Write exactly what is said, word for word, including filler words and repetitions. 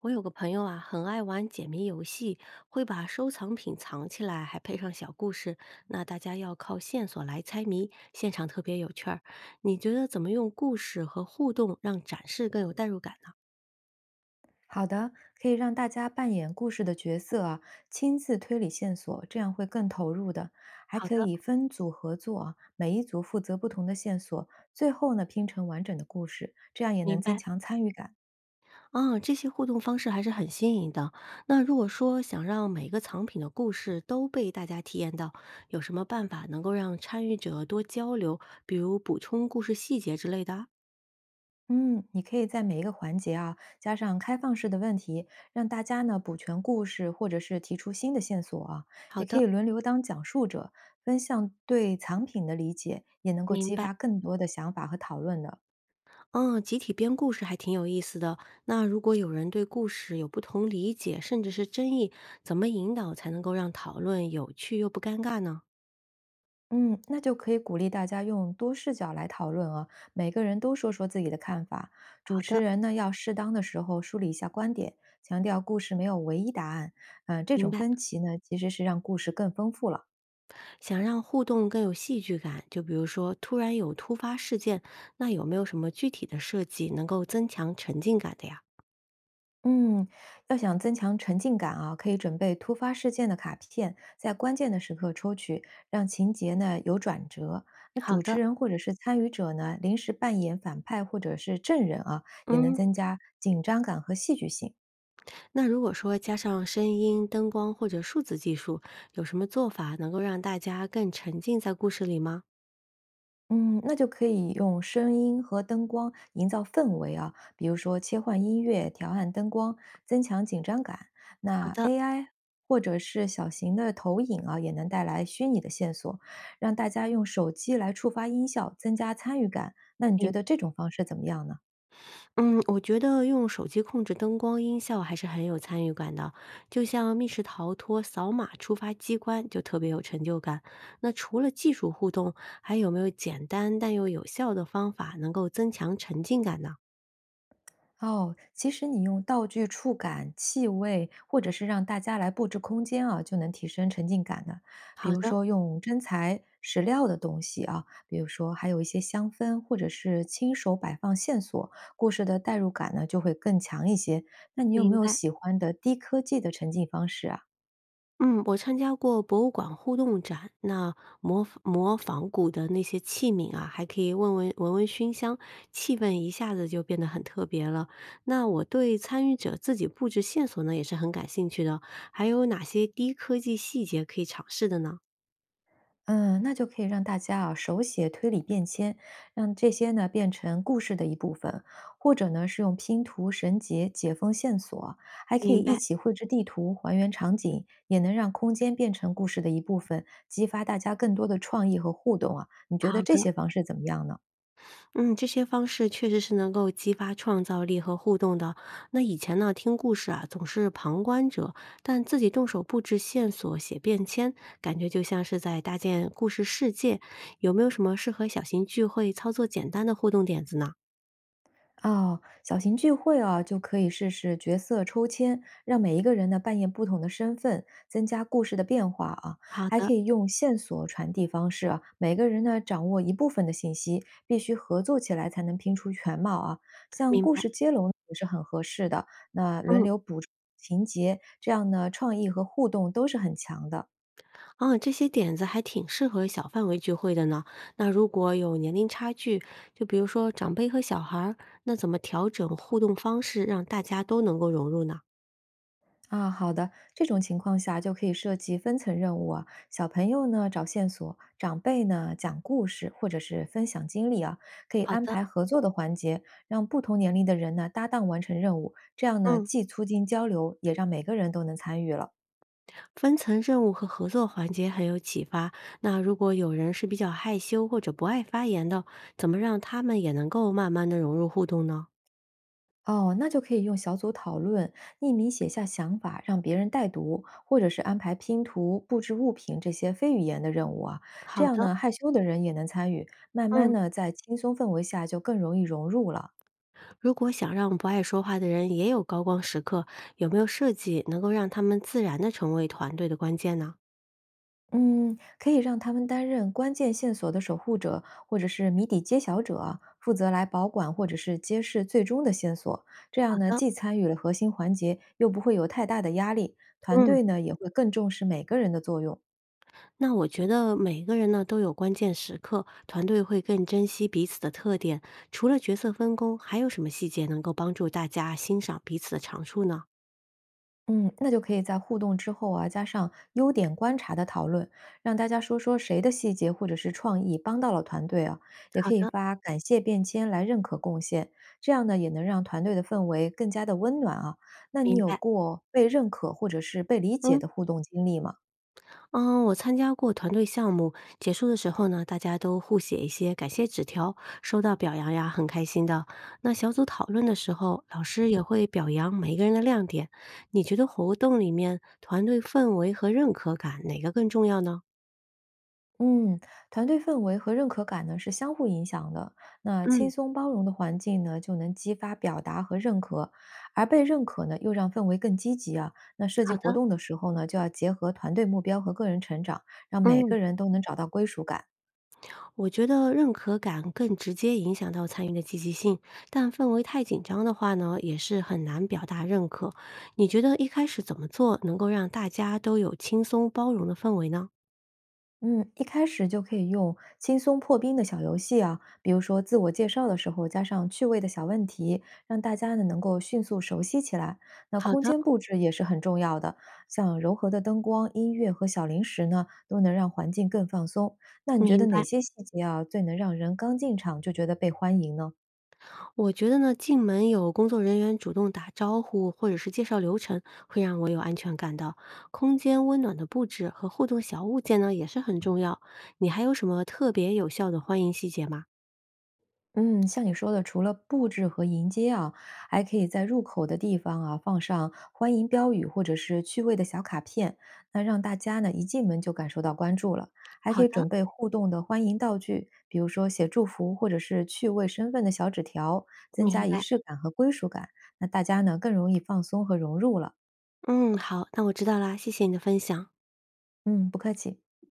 我有个朋友啊，很爱玩解谜游戏，会把收藏品藏起来，还配上小故事。那大家要靠线索来猜谜，现场特别有趣儿。你觉得怎么用故事和互动让展示更有代入感呢？好的，可以让大家扮演故事的角色啊，亲自推理线索，这样会更投入的。还好可的，以分组合作啊，每一组负责不同的线索，最后呢拼成完整的故事，这样也能明增白。强参与感。啊，这些互动方式还是很新颖的。那如果说想让每个藏品的故事都被大家体验到，有什么办法能够让参与者多交流，比如补充故事细节之类的啊嗯，你可以在每一个环节啊加上开放式的问题，让大家呢补全故事，或者是提出新的线索啊，好也可的，以轮流当讲述者，分享对藏品的理解，也能够明激白。发更多的想法和讨论的。嗯，集体编故事还挺有意思的。那如果有人对故事有不同理解，甚至是争议，怎么引导才能够让讨论有趣又不尴尬呢？嗯，那就可以鼓励大家用多视角来讨论啊，每个人都说说自己的看法。主好持的，人呢，要适当的时候梳理一下观点，强调故事没有唯一答案。嗯、这明种白，分歧呢，其实是让故事更丰富了。想让互动更有戏剧感，就比如说突然有突发事件，那有没有什么具体的设计能够增强沉浸感的呀？嗯，要想增强沉浸感啊，可以准备突发事件的卡片，在关键的时刻抽取，让情节呢有转折。那好主持的。人或者是参与者呢，临时扮演反派或者是证人啊，也能嗯，增加紧张感和戏剧性。那如果说加上声音、灯光或者数字技术，有什么做法能够让大家更沉浸在故事里吗？嗯，那就可以用声音和灯光营造氛围啊，比如说切换音乐、调暗灯光，增强紧张感。那 A I 或者是小型的投影啊，也能带来虚拟的线索，让大家用手机来触发音效，增加参与感。那你觉得这种方式怎么样呢？嗯，我觉得用手机控制灯光、音效还是很有参与感的，就像密室逃脱扫码触发机关就特别有成就感。那除了技术互动，还有没有简单但又有效的方法能够增强沉浸感呢？哦，其实你用道具、触感、气味，或者是让大家来布置空间啊，就能提升沉浸感的。比好如的，说用真材实料的东西啊，比如说还有一些香氛，或者是亲手摆放线索，故事的代入感呢就会更强一些。那你有没明有白。喜欢的低科技的沉浸方式啊？嗯，我参加过博物馆互动展，那模仿模仿古的那些器皿啊，还可以闻闻闻闻熏香，气氛一下子就变得很特别了。那我对参与者自己布置线索呢，也是很感兴趣的。还有哪些低科技细节可以尝试的呢？嗯，那就可以让大家啊手写推理便签，让这些呢变成故事的一部分，或者呢是用拼图、绳结解封线索，还可以明一白，起绘制地图，还原场景，也能让空间变成故事的一部分，激发大家更多的创意和互动啊。你觉得好这的。些方式怎么样呢？嗯，这些方式确实是能够激发创造力和互动的。那以前呢，听故事啊，总是旁观者，但自己动手布置线索、写便签，感觉就像是在搭建故事世界。有没有什么适合小型聚会操作简单的互动点子呢？哦，小型聚会啊，就可以试试角色抽签，让每一个人呢扮演不同的身份，增加故事的变化啊。好还的，可以用线索传递方式啊，每个人呢掌握一部分的信息，必须合作起来才能拼出全貌啊。像明故白。事接龙也是很合适的，那轮嗯，流补充情节，这样呢创意和互动都是很强的。啊，这些点子还挺适合小范围聚会的呢。那如果有年龄差距，就比如说长辈和小孩儿，那怎么调整互动方式，让大家都能够融入呢？啊，好的，这种情况下就可以设计分层任务啊，小朋友呢找线索，长辈呢讲故事或者是分享经历啊，可以好安的，排合作的环节，让不同年龄的人呢搭档完成任务，这样呢嗯。既促进交流，也让每个人都能参与了。分层任务和合作环节很有启发。那如果有人是比较害羞或者不爱发言的，怎么让他们也能够慢慢的融入互动呢？哦，那就可以用小组讨论、匿名写下想法，让别人代读，或者是安排拼图、布置物品这些非语言的任务啊。好这样的，呢，害羞的人也能参与，慢慢嗯，呢，在轻松氛围下就更容易融入了。如果想让不爱说话的人也有高光时刻，有没有设计能够让他们自然的成为团队的关键呢？嗯，可以让他们担任关键线索的守护者，或者是谜底揭晓者啊负责来保管或者是揭示最终的线索。这好样呢，的，既参与了核心环节，又不会有太大的压力。团嗯，队呢也会更重视每个人的作用。那我觉得每个人呢都有关键时刻，团队会更珍惜彼此的特点。除了角色分工，还有什么细节能够帮助大家欣赏彼此的长处呢？嗯，那就可以在互动之后啊，加上优点观察的讨论，让大家说说谁的细节或者是创意帮到了团队啊，也可以发感谢便签来认可贡献，这样呢也能让团队的氛围更加的温暖啊。那你明有白，过被认可或者是被理解嗯。的互动经历吗？嗯，我参加过团队项目，结束的时候呢，大家都互写一些感谢纸条，收到表扬呀，很开心的。那小组讨论的时候，老师也会表扬每一个人的亮点。你觉得活动里面团队氛围和认可感哪个更重要呢？嗯，团队氛围和认可感呢是相互影响的。那轻嗯，松包容的环境呢，就能激发表达和认可，而被认可呢，又让氛围更积极啊。那设计好活的。动的时候呢，就要结合团队目标和个人成长，让每嗯，个人都能找到归属感。我觉得认可感更直接影响到参与的积极性，但氛围太紧张的话呢，也是很难表达认可。你觉得一开始怎么做能够让大家都有轻松包容的氛围呢？嗯，一开始就可以用轻松破冰的小游戏啊，比如说自我介绍的时候加上趣味的小问题，让大家呢能够迅速熟悉起来。那好空的，间布置也是很重要的，像柔和的灯光、音乐和小零食呢，都能让环境更放松。那你觉明得哪白。些细节啊最能让人刚进场就觉得被欢迎呢？我觉得呢，进门有工作人员主动打招呼或者是介绍流程，会让我有安全感的。空间温暖的布置和互动小物件呢，也是很重要。你还有什么特别有效的欢迎细节吗？嗯，像你说的，除了布置和迎接啊，还可以在入口的地方啊放上欢迎标语或者是趣味的小卡片，那让大家呢一进门就感受到关注了。还好可以的，准备互动的欢迎道具，比如说写祝福或者是趣味身份的小纸条，增明加仪白。式感和归属感。那大家呢更容易放松和融入了。嗯，好，那我知道啦，谢谢你的分享。嗯，不客气。